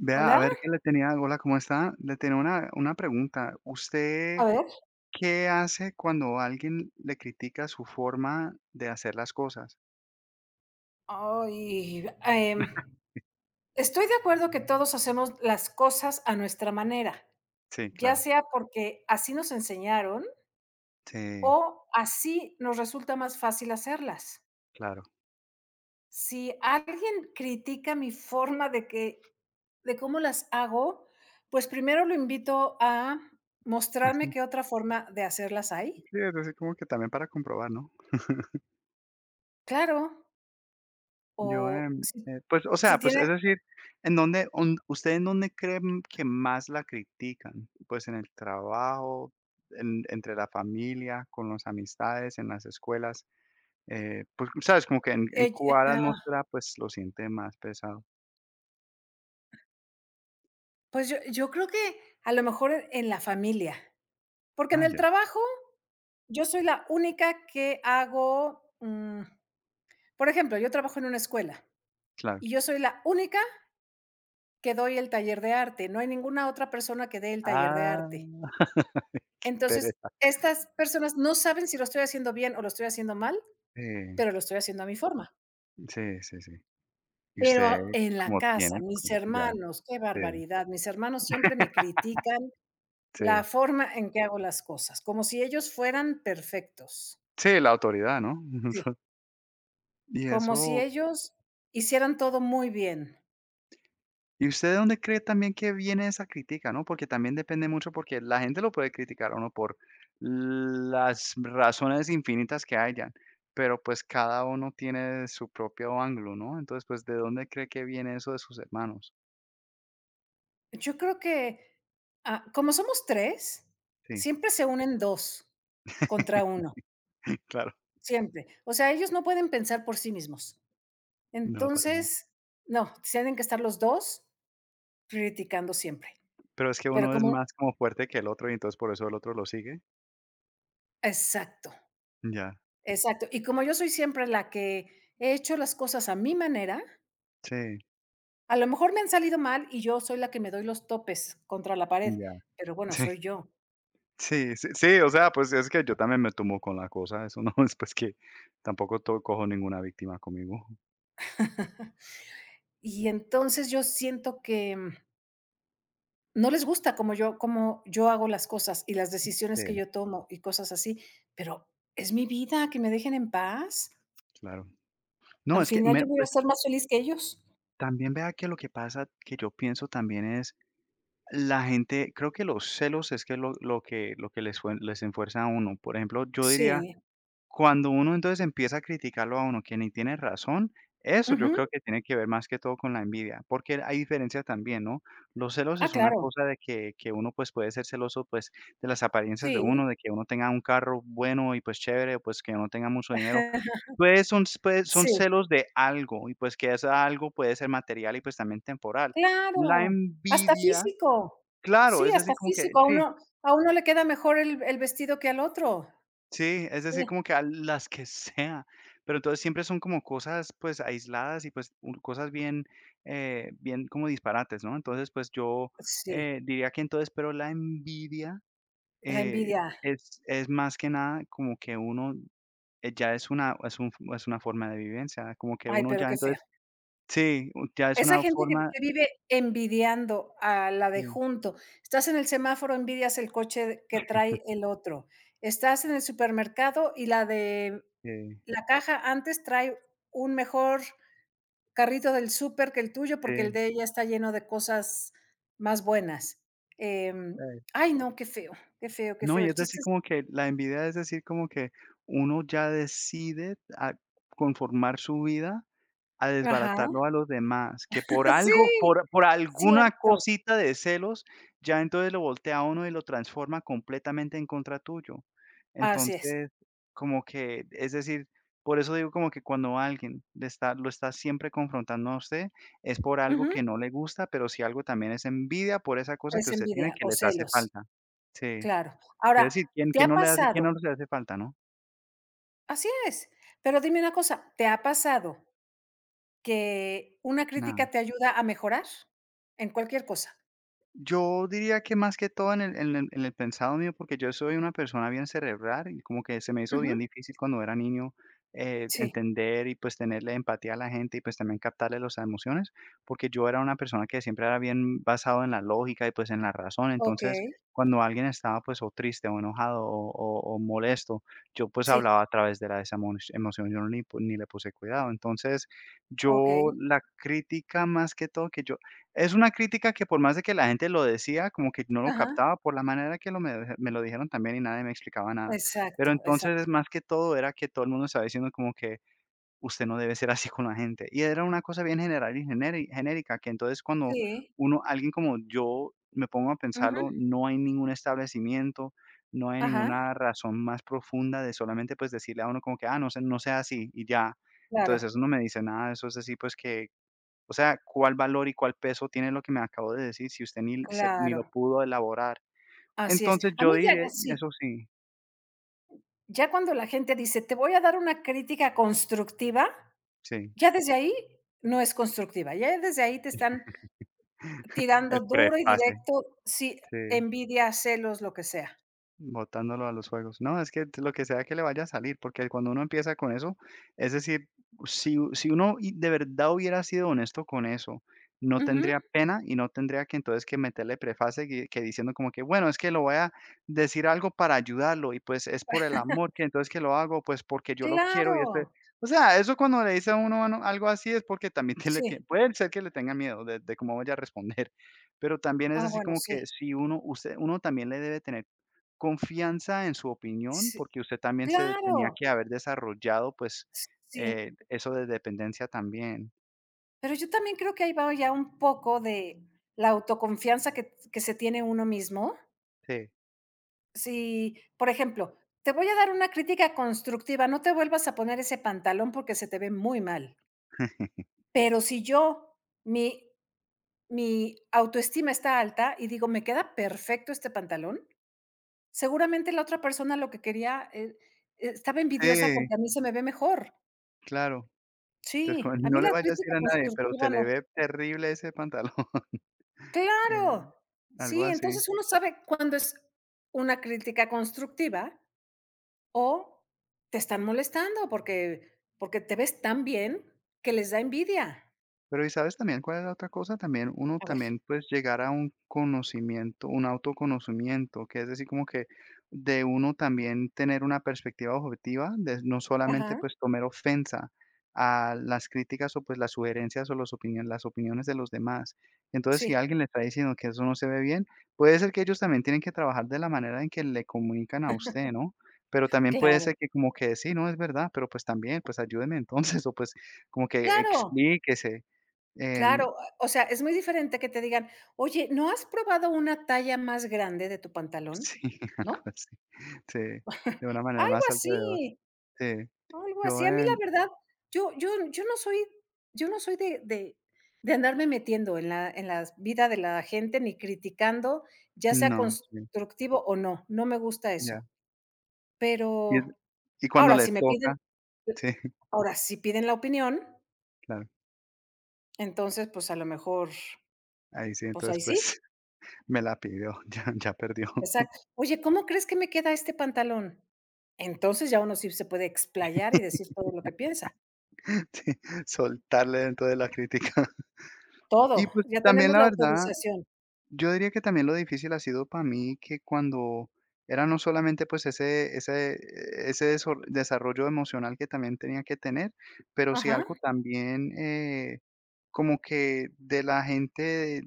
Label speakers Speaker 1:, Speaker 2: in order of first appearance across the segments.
Speaker 1: Vea, a
Speaker 2: Hola,
Speaker 1: ver qué le tenía, hola, ¿cómo está? Le tenía una pregunta. ¿Usted
Speaker 2: a ver.
Speaker 1: qué hace cuando alguien le critica su forma de hacer las cosas?
Speaker 2: Ay, em, Estoy de acuerdo que todos hacemos las cosas a nuestra manera,
Speaker 1: Sí,
Speaker 2: ya
Speaker 1: claro.
Speaker 2: sea porque así nos enseñaron
Speaker 1: Sí,
Speaker 2: o así nos resulta más fácil hacerlas.
Speaker 1: claro.
Speaker 2: Si alguien critica mi forma de cómo las hago, pues primero lo invito a mostrarme qué otra forma de hacerlas hay.
Speaker 1: Sí, es decir, como que también para comprobar, ¿no?
Speaker 2: Claro,
Speaker 1: Yo,
Speaker 2: o si
Speaker 1: pues, o
Speaker 2: si
Speaker 1: sea, pues es
Speaker 2: tiene,
Speaker 1: decir, ¿en dónde, usted en dónde cree que más la critican? Pues en el trabajo, entre la familia, con las amistades, en las escuelas. Pues, sabes, como que en
Speaker 2: eh,
Speaker 1: encubar la atmósfera, pues, lo siente más pesado.
Speaker 2: pues yo creo que a lo mejor en la familia, porque en
Speaker 1: Ah,
Speaker 2: el
Speaker 1: ya,
Speaker 2: trabajo yo soy la única que hago, por ejemplo, yo trabajo en una escuela
Speaker 1: claro.
Speaker 2: y yo soy la única que doy el taller de arte, no hay ninguna otra persona que dé el taller de
Speaker 1: Ah,
Speaker 2: arte.
Speaker 1: qué
Speaker 2: Entonces,
Speaker 1: pereza.
Speaker 2: estas personas no saben si lo estoy haciendo bien o lo estoy haciendo mal,
Speaker 1: Sí,
Speaker 2: pero lo estoy haciendo a mi forma.
Speaker 1: sí, sí, sí. Y usted
Speaker 2: Pero en la
Speaker 1: como
Speaker 2: casa,
Speaker 1: tiene,
Speaker 2: mis
Speaker 1: como ya,
Speaker 2: hermanos, qué
Speaker 1: sí,
Speaker 2: barbaridad, mis hermanos siempre me critican la
Speaker 1: sí.
Speaker 2: forma en que hago las cosas, como si ellos fueran perfectos.
Speaker 1: Sí, la autoridad, ¿no?
Speaker 2: Sí.
Speaker 1: Y
Speaker 2: Como si
Speaker 1: eso,
Speaker 2: ellos hicieran todo muy bien.
Speaker 1: ¿y usted de dónde cree también que viene esa crítica, no? Porque también depende mucho, porque la gente lo puede criticar a uno por las razones infinitas que hayan, pero pues cada uno tiene su propio ángulo, ¿no? Entonces, pues, ¿de dónde cree que viene eso de sus hermanos?
Speaker 2: Yo creo que, como somos 3
Speaker 1: Sí,
Speaker 2: siempre se unen 2 contra uno
Speaker 1: claro.
Speaker 2: siempre. O sea, ellos no pueden pensar por sí mismos.
Speaker 1: No, para nada.
Speaker 2: Entonces, no, tienen que estar los 2 criticando siempre.
Speaker 1: Pero es que
Speaker 2: Pero
Speaker 1: uno es
Speaker 2: como
Speaker 1: más como fuerte que el otro y entonces por eso el otro lo sigue.
Speaker 2: exacto,
Speaker 1: Ya,
Speaker 2: exacto. Y como yo soy siempre la que he hecho las cosas a mi manera.
Speaker 1: sí,
Speaker 2: A lo mejor me han salido mal y yo soy la que me doy los topes contra la pared,
Speaker 1: ya,
Speaker 2: pero bueno,
Speaker 1: sí,
Speaker 2: soy yo.
Speaker 1: sí, sí, sí, o sea, pues es que yo también me tomo con la cosa, eso no es pues que tampoco cojo ninguna víctima conmigo.
Speaker 2: Y entonces yo siento que, no les gusta como yo hago las cosas y las
Speaker 1: Sí,
Speaker 2: decisiones que yo tomo y cosas así, pero es mi vida, que me dejen en paz.
Speaker 1: claro. No,
Speaker 2: Al
Speaker 1: es que
Speaker 2: final
Speaker 1: me
Speaker 2: yo voy a
Speaker 1: pues,
Speaker 2: ser más feliz que ellos.
Speaker 1: también vea que lo que pasa, que yo pienso también es la gente creo que los celos es que lo que lo que les fue les enfuerza a uno. Por ejemplo, yo diría,
Speaker 2: Sí.
Speaker 1: cuando uno entonces empieza a criticarlo a uno que ni tiene razón, eso yo
Speaker 2: Ujú.
Speaker 1: creo que tiene que ver más que todo con la envidia, porque hay diferencia también, ¿no? Los celos
Speaker 2: Ah,
Speaker 1: es una
Speaker 2: claro.
Speaker 1: cosa de que uno, pues, puede ser celoso, pues, de las apariencias de
Speaker 2: Sí.
Speaker 1: uno, de que uno tenga un carro bueno y, pues, chévere, pues, que uno tenga mucho dinero. Pues, son
Speaker 2: Sí,
Speaker 1: celos de algo, y pues que ese algo puede ser material y, pues, también temporal. La
Speaker 2: claro. Hasta
Speaker 1: envidia,
Speaker 2: físico.
Speaker 1: claro,
Speaker 2: Sí,
Speaker 1: es decir,
Speaker 2: hasta
Speaker 1: como que
Speaker 2: físico.
Speaker 1: sí,
Speaker 2: A uno le queda mejor el vestido que al otro.
Speaker 1: sí, es decir,
Speaker 2: Sí.
Speaker 1: como que a las que sea, pero entonces siempre son como cosas, pues, aisladas y, pues, u cosas bien, bien como disparates, ¿no? Entonces, pues, yo,
Speaker 2: Sí,
Speaker 1: diría que entonces, pero la envidia,
Speaker 2: la
Speaker 1: eh,
Speaker 2: envidia.
Speaker 1: es más que nada como que uno, ya es una es un es una forma de vivencia, como que
Speaker 2: Ay,
Speaker 1: uno
Speaker 2: pero
Speaker 1: ya
Speaker 2: qué feo.
Speaker 1: entonces. Sí, u ya es
Speaker 2: Esa
Speaker 1: una
Speaker 2: gente que
Speaker 1: forma
Speaker 2: que vive envidiando a la de
Speaker 1: sí,
Speaker 2: junto. Estás en el semáforo, envidias el coche que trae el otro. Estás en el supermercado y
Speaker 1: sí,
Speaker 2: la caja antes trae un mejor carrito del súper que el tuyo, porque el
Speaker 1: sí,
Speaker 2: de ella está lleno de cosas más buenas. Em,
Speaker 1: ¿sabes?
Speaker 2: ay, no, qué feo, qué feo, qué
Speaker 1: No,
Speaker 2: feo.
Speaker 1: y
Speaker 2: El
Speaker 1: es decir,
Speaker 2: chiste es
Speaker 1: como que la envidia es decir, como que uno ya decide a conformar su vida a
Speaker 2: ajá.
Speaker 1: desbaratarlo a los demás, que por algo,
Speaker 2: Sí,
Speaker 1: por alguna
Speaker 2: cierto.
Speaker 1: cosita de celos, ya entonces lo voltea a uno y lo transforma completamente en contra tuyo.
Speaker 2: Así es.
Speaker 1: Entonces, como que, es decir, por eso digo como que cuando alguien le está lo está siempre confrontando a usted, es por algo
Speaker 2: Ujú.
Speaker 1: que no le gusta, pero si algo también es envidia por esa cosa que
Speaker 2: Es
Speaker 1: usted tiene
Speaker 2: envidia
Speaker 1: que
Speaker 2: o
Speaker 1: les hace
Speaker 2: celos.
Speaker 1: falta. Sí,
Speaker 2: Claro.
Speaker 1: quiero
Speaker 2: Ahora,
Speaker 1: decir, ¿quién
Speaker 2: ¿te
Speaker 1: quién
Speaker 2: ha
Speaker 1: no le hace quién
Speaker 2: pasado?
Speaker 1: no le hace falta, no?
Speaker 2: Así es. Pero dime una cosa, ¿te ha pasado que una
Speaker 1: Nada.
Speaker 2: crítica te ayuda a mejorar en cualquier cosa?
Speaker 1: Yo diría que más que todo en el en el en el pensado mío, porque yo soy una persona bien cerebral y como que se me hizo bien
Speaker 2: Ujú.
Speaker 1: difícil cuando era niño,
Speaker 2: Sí,
Speaker 1: entender y, pues, tenerle empatía a la gente y, pues, también captarle las emociones, porque yo era una persona que siempre era bien basado en la lógica y, pues, en la razón. Entonces,
Speaker 2: okey,
Speaker 1: cuando alguien estaba, pues, o triste o enojado o molesto, yo, pues,
Speaker 2: sí,
Speaker 1: hablaba a través de la esa emoción, yo no ni ni le puse cuidado. Entonces, yo
Speaker 2: okey,
Speaker 1: la crítica más que todo que yo es una crítica que por más de que la gente lo decía, como que no lo
Speaker 2: ajá,
Speaker 1: captaba por la manera que lo me deje me lo dijeron también y nadie me explicaba nada. Pero
Speaker 2: exacto, exacto.
Speaker 1: entonces, más que todo, era que todo el mundo estaba diciendo como que: "Usted no debe ser así con la gente". Y era una cosa bien general y genérica, que entonces cuando
Speaker 2: Sí,
Speaker 1: uno alguien como yo me pongo a
Speaker 2: ujú,
Speaker 1: pensarlo, no hay ningún establecimiento, no hay
Speaker 2: ajá,
Speaker 1: ninguna razón más profunda de solamente, pues, decirle a uno como que: "Ah, no se no sea así", y ya.
Speaker 2: claro,
Speaker 1: Entonces, eso no me dice nada, eso es así, pues, que o sea, ¿cuál valor y cuál peso tiene lo que me acabo de decir si usted ni se ni lo
Speaker 2: claro,
Speaker 1: pudo elaborar?
Speaker 2: así es.
Speaker 1: Entonces,
Speaker 2: A
Speaker 1: yo
Speaker 2: mí ya
Speaker 1: diré
Speaker 2: sí,
Speaker 1: eso sí,
Speaker 2: ya cuando la gente dice: "Te voy a dar una crítica constructiva",
Speaker 1: sí,
Speaker 2: ya desde ahí no es constructiva, ya desde ahí te están tirando
Speaker 1: el
Speaker 2: duro y
Speaker 1: prefase,
Speaker 2: directo, sí,
Speaker 1: sí.
Speaker 2: envidia, celos, lo que sea.
Speaker 1: Botándolo a los juegos. No, es que lo que sea que le vaya a salir, porque cuando uno empieza con eso, es decir, si uno de verdad hubiera sido honesto con eso, no
Speaker 2: Ujú.
Speaker 1: tendría pena y no tendría que entonces que meterle preface que diciendo como que, bueno, es que lo voy a decir algo para ayudarlo y pues es por el amor que entonces que lo hago, pues porque yo lo quiero y este...
Speaker 2: Claro.
Speaker 1: O sea, eso cuando le dice a uno algo así es porque también te le
Speaker 2: Sí.
Speaker 1: puede ser que le tenga miedo de cómo vaya a responder, pero también es
Speaker 2: Ah,
Speaker 1: así
Speaker 2: bueno,
Speaker 1: como
Speaker 2: sí.
Speaker 1: que si uno, usted, uno también le debe tener confianza en su opinión,
Speaker 2: Sí.
Speaker 1: porque usted también se tenía
Speaker 2: Claro.
Speaker 1: que haber desarrollado, pues,
Speaker 2: Sí.
Speaker 1: eso de dependencia también.
Speaker 2: Pero yo también creo que ahí va ya un poco de la autoconfianza que se tiene uno mismo.
Speaker 1: Sí,
Speaker 2: Si, por ejemplo, te voy a dar una crítica constructiva, no te vuelvas a poner ese pantalón porque se te ve muy mal. Pero si yo, mi mi autoestima está alta y digo: "Me queda perfecto este pantalón". Seguramente la otra persona lo que quería, estaba envidiosa
Speaker 1: sí,
Speaker 2: porque a mí se me ve mejor.
Speaker 1: claro. Entonces, como
Speaker 2: Sí. A
Speaker 1: no
Speaker 2: mí
Speaker 1: le
Speaker 2: la
Speaker 1: vaya a decir
Speaker 2: crítica
Speaker 1: a nadie, pero se
Speaker 2: constructiva
Speaker 1: le
Speaker 2: no.
Speaker 1: ve terrible ese pantalón, eh,
Speaker 2: Claro.
Speaker 1: algo
Speaker 2: Sí,
Speaker 1: así.
Speaker 2: entonces uno sabe cuándo es una crítica constructiva o te están molestando porque te ves tan bien que les da envidia.
Speaker 1: Pero, ¿y sabes también cuál es la otra cosa? También uno
Speaker 2: A ver.
Speaker 1: también, pues, llegar a un conocimiento, un autoconocimiento, que es decir, como que de uno también tener una perspectiva objetiva, de no solamente,
Speaker 2: Ajá,
Speaker 1: pues, tomar ofensa a las críticas o, pues, las sugerencias o los opinión las opiniones de los demás. Entonces, si
Speaker 2: sí,
Speaker 1: alguien le está diciendo que eso no se ve bien, puede ser que ellos también tienen que trabajar de la manera en que le comunican a usted, ¿no? Pero también puede
Speaker 2: claro,
Speaker 1: ser que como que sí, no, es verdad, pero, pues, también, pues, ayúdeme entonces, o, pues, como que
Speaker 2: claro,
Speaker 1: explíquese. Em,
Speaker 2: claro. O sea, es muy diferente que te digan: "Oye, ¿no has probado una talla más grande de tu pantalón?",
Speaker 1: sí, algo
Speaker 2: ¿no?
Speaker 1: así. Sí, de una manera
Speaker 2: Algo
Speaker 1: más alrededor.
Speaker 2: así,
Speaker 1: Sí.
Speaker 2: algo
Speaker 1: Yo,
Speaker 2: así. A mí la verdad, yo no soy yo no soy de andarme metiendo en la vida de la gente ni criticando, ya sea
Speaker 1: no, sí,
Speaker 2: constructivo o no, no me gusta
Speaker 1: ya.
Speaker 2: eso.
Speaker 1: Y es
Speaker 2: Pero
Speaker 1: y cuando
Speaker 2: ahora,
Speaker 1: le
Speaker 2: si me piden
Speaker 1: toca, sí,
Speaker 2: ahora, si piden la opinión,
Speaker 1: claro.
Speaker 2: entonces, pues, a lo mejor,
Speaker 1: Ahí sí,
Speaker 2: pues,
Speaker 1: entonces,
Speaker 2: ahí
Speaker 1: pues,
Speaker 2: sí,
Speaker 1: me la pidió, ya perdió.
Speaker 2: exacto. Oye, ¿cómo crees que me queda este pantalón? Entonces, ya uno sí se puede explayar y decir todo lo que piensa,
Speaker 1: Sí, soltarle dentro de la crítica.
Speaker 2: todo,
Speaker 1: Y, pues,
Speaker 2: ya
Speaker 1: también
Speaker 2: tenemos
Speaker 1: la
Speaker 2: la
Speaker 1: verdad.
Speaker 2: autorización.
Speaker 1: Yo diría que también lo difícil ha sido para mí que cuando era no solamente pues ese desarrollo emocional que también tenía que tener, pero sí
Speaker 2: Ajá,
Speaker 1: algo también como que de la gente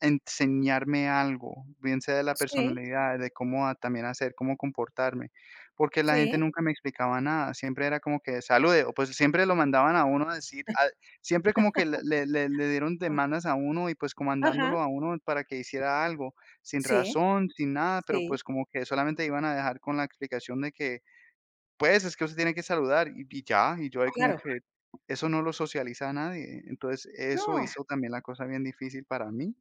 Speaker 1: enseñarme algo, bien sea de la
Speaker 2: sí,
Speaker 1: personalidad, de cómo también hacer, cómo comportarme, porque la gente
Speaker 2: sí.
Speaker 1: nunca me explicaba nada, siempre era como que salude, o pues siempre lo mandaban a uno a decir, siempre como que le dieron demandas a uno y, pues,
Speaker 2: Ajá,
Speaker 1: comandándolo a uno para que hiciera algo, sin
Speaker 2: sí,
Speaker 1: razón, sin nada, pero,
Speaker 2: sí,
Speaker 1: pues, como que solamente iban a dejar con la explicación de que, pues, es que usted tiene que saludar y ya, y yo ahí como
Speaker 2: claro.
Speaker 1: que eso no lo socializa a nadie. Entonces, eso
Speaker 2: No,
Speaker 1: hizo también la cosa bien difícil para mí,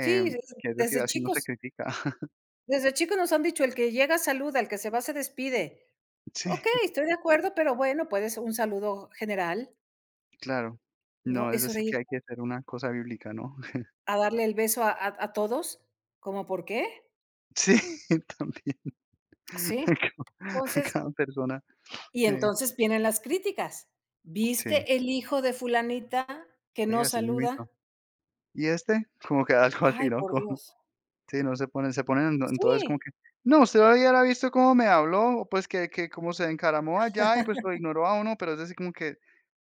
Speaker 2: sí,
Speaker 1: que es decir,
Speaker 2: desde
Speaker 1: así no se
Speaker 2: chicos,
Speaker 1: critica.
Speaker 2: desde chicos nos han dicho: "El que llega saluda, el que se va se despide".
Speaker 1: Sí,
Speaker 2: Okey, estoy de acuerdo, pero bueno, puedes un saludo general,
Speaker 1: claro.
Speaker 2: ¿no?
Speaker 1: No, es
Speaker 2: Eso
Speaker 1: decir,
Speaker 2: de
Speaker 1: que
Speaker 2: ir
Speaker 1: hay que hacer una cosa bíblica, ¿no?
Speaker 2: a darle el beso a todos, ¿cómo por qué?
Speaker 1: Sí, también.
Speaker 2: Sí.
Speaker 1: cada a
Speaker 2: Entonces
Speaker 1: cada persona.
Speaker 2: y
Speaker 1: Sí,
Speaker 2: entonces vienen las críticas.
Speaker 1: sí.
Speaker 2: ¿Viste el hijo de fulanita que
Speaker 1: Sí,
Speaker 2: no
Speaker 1: así mismito.
Speaker 2: saluda?
Speaker 1: Y este, como que algo así,
Speaker 2: Ay,
Speaker 1: ¿no?
Speaker 2: por
Speaker 1: Como
Speaker 2: Dios.
Speaker 1: sí, no se ponen se ponen en entonces como
Speaker 2: Sí,
Speaker 1: que: "No, usted hubiera visto cómo me habló, o pues que cómo se encaramó allá y pues lo ignoró a uno", pero es así como que,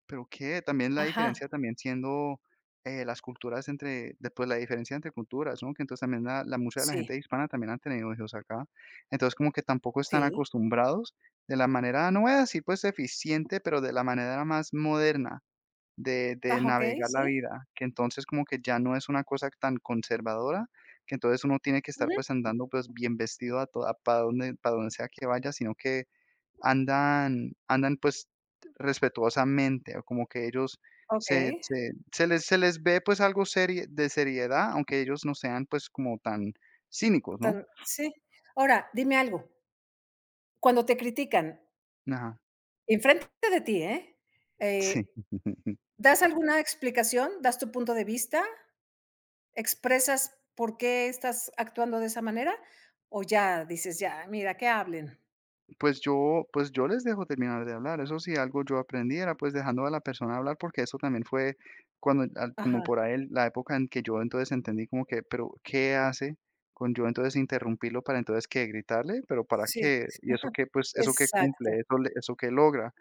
Speaker 1: ¿pero qué? También la
Speaker 2: ajá,
Speaker 1: diferencia también siendo, las culturas entre después la diferencia entre culturas, ¿no? Que entonces también la mucha de la
Speaker 2: sí.
Speaker 1: gente hispana también han tenido hijos acá. Entonces, como que tampoco están
Speaker 2: Sí.
Speaker 1: acostumbrados de la manera, no voy a decir, pues, eficiente, pero de la manera más moderna de
Speaker 2: Ah, okey,
Speaker 1: navegar la
Speaker 2: sí.
Speaker 1: vida, que entonces como que ya no es una cosa tan conservadora, que entonces uno tiene que estar,
Speaker 2: Ujú.
Speaker 1: pues, andando, pues, bien vestido a toda para donde sea que vaya, sino que andan, pues, respetuosamente, o como que ellos se
Speaker 2: Okey.
Speaker 1: se se les se les ve, pues, algo serie de seriedad, aunque ellos no sean, pues, como tan cínicos, ¿no?
Speaker 2: Tan sí. Ahora, dime algo, cuando te critican,
Speaker 1: Ajá,
Speaker 2: enfrente de ti, ¿eh?
Speaker 1: sí.
Speaker 2: Eh, ¿Das alguna explicación? ¿Das tu punto de vista? ¿Expresas por qué estás actuando de esa manera? ¿O ya dices: "Ya, mira, que hablen"?
Speaker 1: Pues yo les dejo terminar de hablar. Eso sí, algo yo aprendí era pues dejando a la persona hablar, porque eso también fue cuando,
Speaker 2: Ajá.
Speaker 1: como por ahí, la época en que yo entonces entendí como que, pero ¿qué hace con yo entonces interrumpirlo para entonces que gritarle? ¿Pero para
Speaker 2: Sí,
Speaker 1: qué? ¿Y eso qué, pues, eso qué cumple?
Speaker 2: exacto.
Speaker 1: ¿Eso, eso qué logra?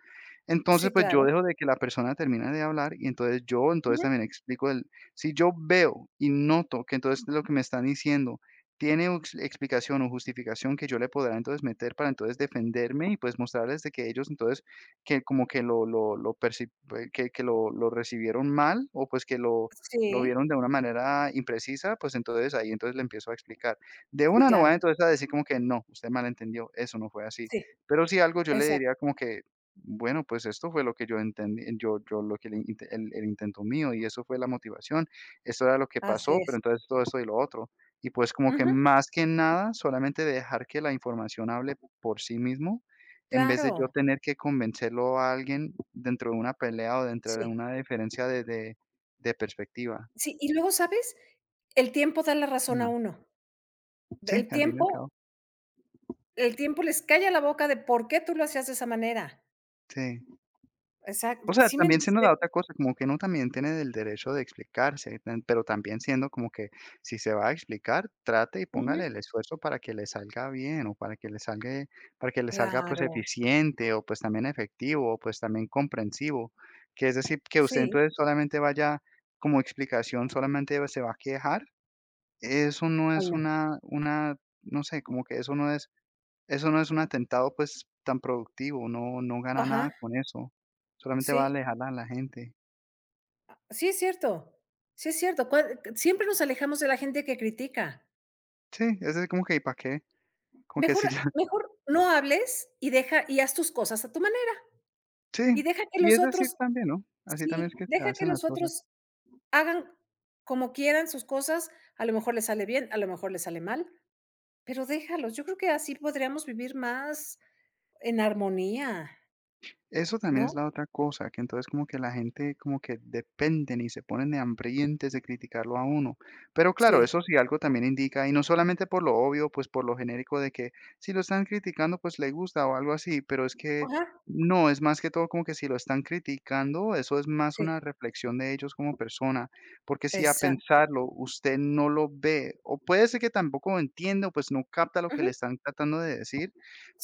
Speaker 1: Entonces,
Speaker 2: Sí,
Speaker 1: pues yo
Speaker 2: claro.
Speaker 1: dejo de que la persona termine de hablar y entonces yo, entonces
Speaker 2: Ujú.
Speaker 1: también explico el, si yo veo y noto que entonces lo que me están diciendo tiene explicación o justificación que yo le podrá entonces meter para entonces defenderme y pues mostrarles de que ellos entonces que como que que lo recibieron mal o pues que lo
Speaker 2: Sí,
Speaker 1: vieron de una manera imprecisa, pues entonces ahí entonces le empiezo a explicar. De
Speaker 2: sí,
Speaker 1: una no va
Speaker 2: claro.
Speaker 1: entonces a decir como que no, usted malentendió, eso no fue así.
Speaker 2: Sí,
Speaker 1: Pero si algo yo le diría
Speaker 2: exacto.
Speaker 1: como que bueno, pues esto fue lo que yo entendí, yo lo que el intento mío, y eso fue la motivación, eso era lo que
Speaker 2: Así
Speaker 1: pasó, pero
Speaker 2: es.
Speaker 1: entonces todo esto y lo otro. Y pues como que
Speaker 2: Ujú,
Speaker 1: más que nada, solamente dejar que la información hable por sí mismo, en vez de yo
Speaker 2: claro.
Speaker 1: tener que convencerlo a alguien dentro de una pelea o dentro de
Speaker 2: Sí.
Speaker 1: una diferencia de perspectiva.
Speaker 2: Sí, y luego, ¿sabes? El tiempo da la razón a
Speaker 1: Ya.
Speaker 2: uno.
Speaker 1: Sí,
Speaker 2: El
Speaker 1: al fin y al cabo,
Speaker 2: tiempo el tiempo les calla la boca de por qué tú lo hacías de esa manera.
Speaker 1: sí. O
Speaker 2: Exacto.
Speaker 1: sea,
Speaker 2: sí me
Speaker 1: también se nos
Speaker 2: de
Speaker 1: da otra cosa, como que uno también tiene el derecho de explicarse, tan pero también siendo como que si se va a explicar, trate y póngale
Speaker 2: Ujú,
Speaker 1: el esfuerzo para que le salga bien o para que le salga, pues,
Speaker 2: claro,
Speaker 1: eficiente o, pues, también efectivo o, pues, también comprensivo. Que es decir, que usted
Speaker 2: sí.
Speaker 1: entonces solamente vaya como explicación, solamente se va a quejar. Eso no
Speaker 2: Ay,
Speaker 1: es
Speaker 2: no.
Speaker 1: una, no sé, como que eso no es un atentado, pues, tan productivo, no gana
Speaker 2: Ajá,
Speaker 1: nada con eso, solamente va a
Speaker 2: sí.
Speaker 1: alejar a la gente.
Speaker 2: Sí, es cierto. Sí, es cierto. Cua Siempre nos alejamos de la gente que critica.
Speaker 1: Sí, es de como que, ¿y para qué? Como que
Speaker 2: Mejor
Speaker 1: si ya
Speaker 2: Mejor no hables y deja y haz tus cosas a tu manera,
Speaker 1: sí,
Speaker 2: y deja que
Speaker 1: y
Speaker 2: los
Speaker 1: es así
Speaker 2: otros
Speaker 1: también, ¿no? Así también es
Speaker 2: sí,
Speaker 1: que se
Speaker 2: deja que
Speaker 1: hacen las
Speaker 2: los
Speaker 1: cosas.
Speaker 2: otros hagan como quieran sus cosas, a lo mejor les sale bien, a lo mejor les sale mal. Pero déjalos, yo creo que así podríamos vivir más en armonía,
Speaker 1: Eso también es
Speaker 2: ¿no?
Speaker 1: la otra cosa, que entonces como que la gente como que dependen y se ponen de hambrientos de criticarlo a uno. Pero claro,
Speaker 2: Sí,
Speaker 1: eso sí algo también indica, y no solamente por lo obvio, pues por lo genérico de que si lo están criticando, pues le gusta o algo así, pero es que
Speaker 2: ajá,
Speaker 1: no, es más que todo como que si lo están criticando, eso es más
Speaker 2: sí,
Speaker 1: una reflexión de ellos como persona, porque si a
Speaker 2: exacto,
Speaker 1: pensarlo usted no lo ve, o puede ser que tampoco entienda, o pues no capta lo que
Speaker 2: ujú,
Speaker 1: le están tratando de decir,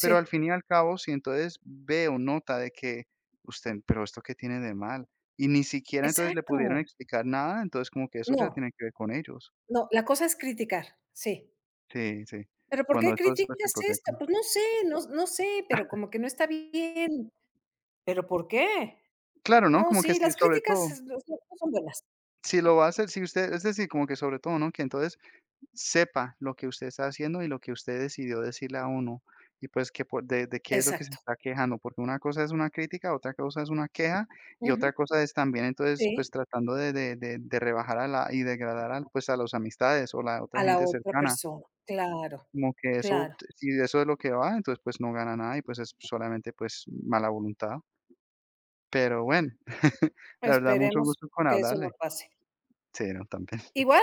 Speaker 1: pero al fin y al cabo, si entonces ve o nota de que usted, pero esto qué tiene de mal, y ni siquiera entonces le pudieron
Speaker 2: exacto.
Speaker 1: explicar nada, entonces como que eso ya
Speaker 2: No,
Speaker 1: tiene que ver con ellos.
Speaker 2: no, la cosa es criticar, sí.
Speaker 1: Sí, sí,
Speaker 2: ¿Pero por
Speaker 1: cuando
Speaker 2: qué
Speaker 1: eso es pues el
Speaker 2: criticas esto?
Speaker 1: proyecto.
Speaker 2: Pues no sé, no sé, pero como que no está bien. ¿Pero por qué?
Speaker 1: Claro, ¿no?
Speaker 2: No,
Speaker 1: Como que
Speaker 2: sí,
Speaker 1: sí,
Speaker 2: las
Speaker 1: sobre
Speaker 2: críticas
Speaker 1: todo,
Speaker 2: es no no son buenas.
Speaker 1: si lo va a hacer, si usted, es decir, como que sobre todo, ¿no? Que entonces sepa lo que usted está haciendo y lo que usted decidió decirle a uno, y pues que por de qué es lo que se
Speaker 2: Exacto,
Speaker 1: está quejando, porque una cosa es una crítica, otra cosa es una queja, y
Speaker 2: ujú,
Speaker 1: otra cosa es también entonces, pues
Speaker 2: sí,
Speaker 1: tratando de rebajar a la y degradar al pues a las amistades o la otra
Speaker 2: a la
Speaker 1: gente
Speaker 2: otra
Speaker 1: cercana,
Speaker 2: persona, claro,
Speaker 1: como que eso
Speaker 2: claro.
Speaker 1: si de eso es lo que va, entonces, pues no gana nada y pues es solamente, pues mala voluntad, pero bueno, la verdad mucho
Speaker 2: Esperemos
Speaker 1: gusto con
Speaker 2: que eso no
Speaker 1: hablarle.
Speaker 2: pase.
Speaker 1: Sí, no, también.
Speaker 2: Igual